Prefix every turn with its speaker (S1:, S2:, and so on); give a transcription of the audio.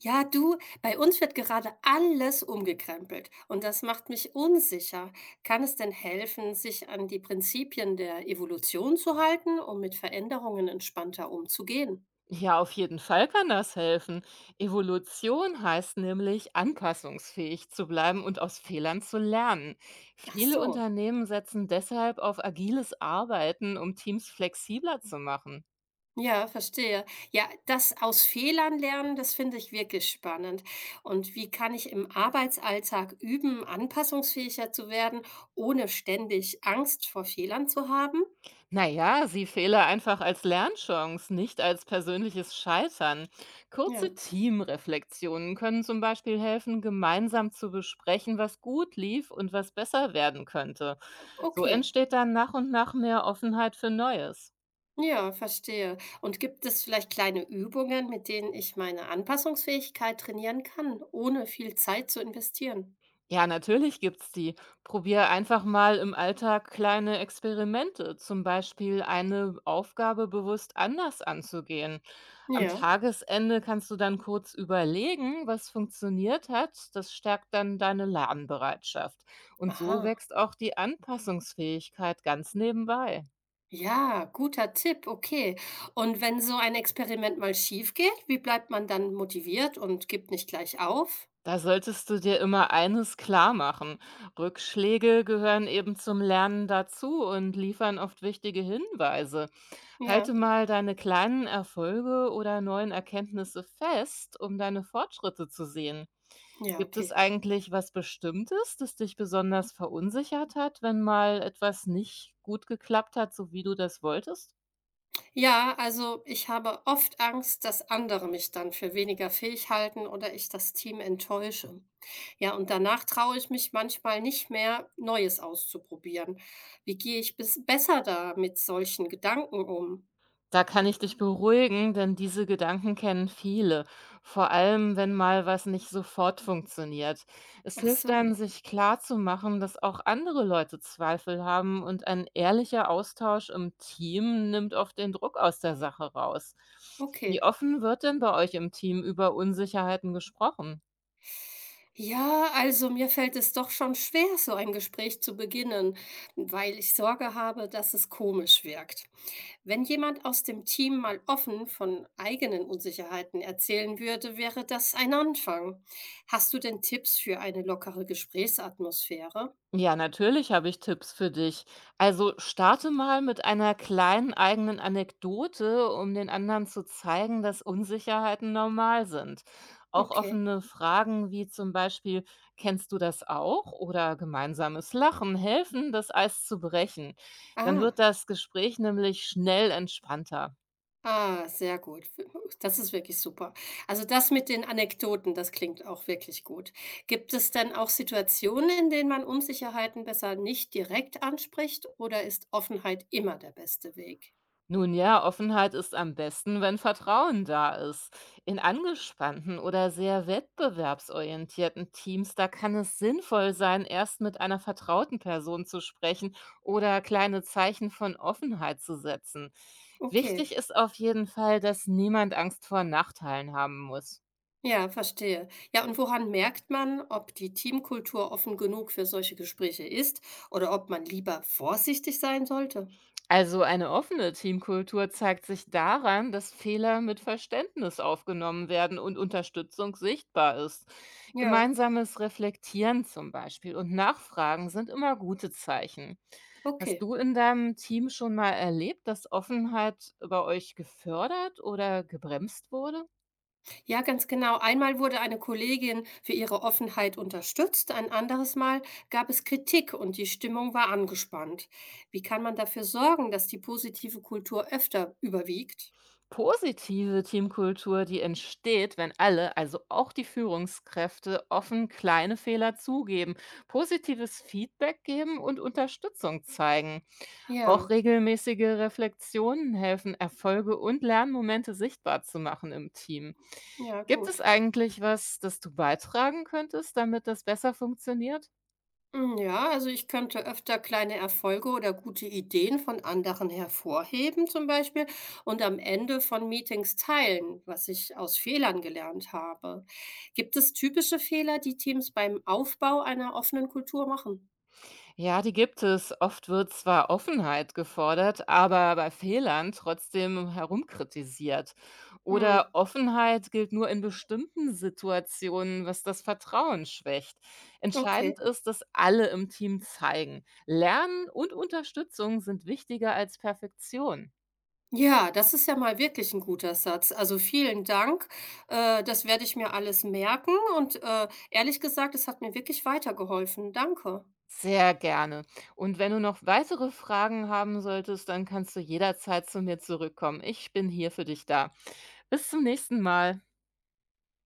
S1: Ja, du, bei uns wird gerade alles umgekrempelt und das macht mich unsicher. Kann es denn helfen, sich an die Prinzipien der Evolution zu halten, um mit Veränderungen entspannter umzugehen?
S2: Ja, auf jeden Fall kann das helfen. Evolution heißt nämlich, anpassungsfähig zu bleiben und aus Fehlern zu lernen.
S1: Ach
S2: Viele
S1: so.
S2: Unternehmen setzen deshalb auf agiles Arbeiten, um Teams flexibler zu machen.
S1: Ja, verstehe. Ja, das aus Fehlern lernen, das finde ich wirklich spannend. Und wie kann ich im Arbeitsalltag üben, anpassungsfähiger zu werden, ohne ständig Angst vor Fehlern zu haben?
S2: Naja, sie Fehler einfach als Lernchance, nicht als persönliches Scheitern.
S1: Ja,
S2: Kurze Teamreflexionen können zum Beispiel helfen, gemeinsam zu besprechen, was gut lief und was besser werden könnte. So
S1: okay.
S2: entsteht dann nach und nach mehr Offenheit für Neues.
S1: Ja, verstehe. Und gibt es vielleicht kleine Übungen, mit denen ich meine Anpassungsfähigkeit trainieren kann, ohne viel Zeit zu investieren?
S2: Ja, natürlich gibt's die. Probier einfach mal im Alltag kleine Experimente, zum Beispiel eine Aufgabe bewusst anders anzugehen. Am
S1: Ja.
S2: Tagesende kannst du dann kurz überlegen, was funktioniert hat. Das stärkt dann deine Lernbereitschaft. Und so
S1: Aha.
S2: wächst auch die Anpassungsfähigkeit ganz nebenbei.
S1: Ja, guter Tipp. Okay. Und wenn so ein Experiment mal schief geht, wie bleibt man dann motiviert und gibt nicht gleich auf?
S2: Da solltest du dir immer eines klar machen. Rückschläge gehören eben zum Lernen dazu und liefern oft wichtige Hinweise.
S1: Ja.
S2: Halte mal deine kleinen Erfolge oder neuen Erkenntnisse fest, um deine Fortschritte zu sehen.
S1: Ja,
S2: Gibt es
S1: okay.
S2: eigentlich was Bestimmtes, das dich besonders verunsichert hat, wenn mal etwas nicht gut geklappt hat, so wie du das wolltest?
S1: Ja, also ich habe oft Angst, dass andere mich dann für weniger fähig halten oder ich das Team enttäusche. Ja, und danach traue ich mich manchmal nicht mehr, Neues auszuprobieren. Wie gehe ich bis besser da mit solchen Gedanken um?
S2: Da kann ich dich beruhigen, denn diese Gedanken kennen viele, vor allem wenn mal was nicht sofort funktioniert. Es
S1: Ach
S2: hilft
S1: so,
S2: dann, sich klarzumachen, dass auch andere Leute Zweifel haben und ein ehrlicher Austausch im Team nimmt oft den Druck aus der Sache raus. Wie
S1: okay.
S2: offen wird denn bei euch im Team über Unsicherheiten gesprochen?
S1: Ja, also mir fällt es doch schon schwer, so ein Gespräch zu beginnen, weil ich Sorge habe, dass es komisch wirkt. Wenn jemand aus dem Team mal offen von eigenen Unsicherheiten erzählen würde, wäre das ein Anfang. Hast du denn Tipps für eine lockere Gesprächsatmosphäre?
S2: Ja, natürlich habe ich Tipps für dich. Also starte mal mit einer kleinen eigenen Anekdote, um den anderen zu zeigen, dass Unsicherheiten normal sind. Auch
S1: Okay.
S2: offene Fragen wie zum Beispiel, kennst du das auch? Oder gemeinsames Lachen helfen, das Eis zu brechen. Dann
S1: Ah,
S2: wird das Gespräch nämlich schnell entspannter.
S1: ah, sehr gut. Das ist wirklich super. Also das mit den Anekdoten, das klingt auch wirklich gut. Gibt es denn auch Situationen, in denen man Unsicherheiten besser nicht direkt anspricht oder ist Offenheit immer der beste Weg?
S2: Nun ja, Offenheit ist am besten, wenn Vertrauen da ist. In angespannten oder sehr wettbewerbsorientierten Teams, da kann es sinnvoll sein, erst mit einer vertrauten Person zu sprechen oder kleine Zeichen von Offenheit zu setzen.
S1: Okay.
S2: Wichtig ist auf jeden Fall, dass niemand Angst vor Nachteilen haben muss.
S1: Ja, verstehe. Ja, und woran merkt man, ob die Teamkultur offen genug für solche Gespräche ist oder ob man lieber vorsichtig sein sollte?
S2: Also eine offene Teamkultur zeigt sich daran, dass Fehler mit Verständnis aufgenommen werden und Unterstützung sichtbar ist.
S1: Ja,
S2: Gemeinsames Reflektieren zum Beispiel und Nachfragen sind immer gute Zeichen. Hast
S1: okay.
S2: du in deinem Team schon mal erlebt, dass Offenheit bei euch gefördert oder gebremst wurde?
S1: Ja, ganz genau. Einmal wurde eine Kollegin für ihre Offenheit unterstützt, ein anderes Mal gab es Kritik und die Stimmung war angespannt. Wie kann man dafür sorgen, dass die positive Kultur öfter überwiegt?
S2: Positive Teamkultur, die entsteht, wenn alle, also auch die Führungskräfte, offen kleine Fehler zugeben, positives Feedback geben und Unterstützung zeigen. Auch
S1: Ja,
S2: regelmäßige Reflexionen helfen, Erfolge und Lernmomente sichtbar zu machen im Team.
S1: ja,
S2: Gibt es
S1: gut.
S2: eigentlich was, das du beitragen könntest, damit das besser funktioniert?
S1: Hm, ja, also ich könnte öfter kleine Erfolge oder gute Ideen von anderen hervorheben zum Beispiel und am Ende von Meetings teilen, was ich aus Fehlern gelernt habe. Gibt es typische Fehler, die Teams beim Aufbau einer offenen Kultur machen?
S2: Ja, die gibt es. Oft wird zwar Offenheit gefordert, aber bei Fehlern trotzdem herumkritisiert.
S1: Hm,
S2: Oder Offenheit gilt nur in bestimmten Situationen, was das Vertrauen schwächt.
S1: okay.
S2: Entscheidend ist, dass alle im Team zeigen. Lernen und Unterstützung sind wichtiger als Perfektion.
S1: Ja, das ist ja mal wirklich ein guter Satz. Also vielen Dank. Das werde ich mir alles merken und ehrlich gesagt, es hat mir wirklich weitergeholfen. Danke.
S2: Sehr gerne. Und wenn du noch weitere Fragen haben solltest, dann kannst du jederzeit zu mir zurückkommen. Ich bin hier für dich da. Bis zum nächsten Mal.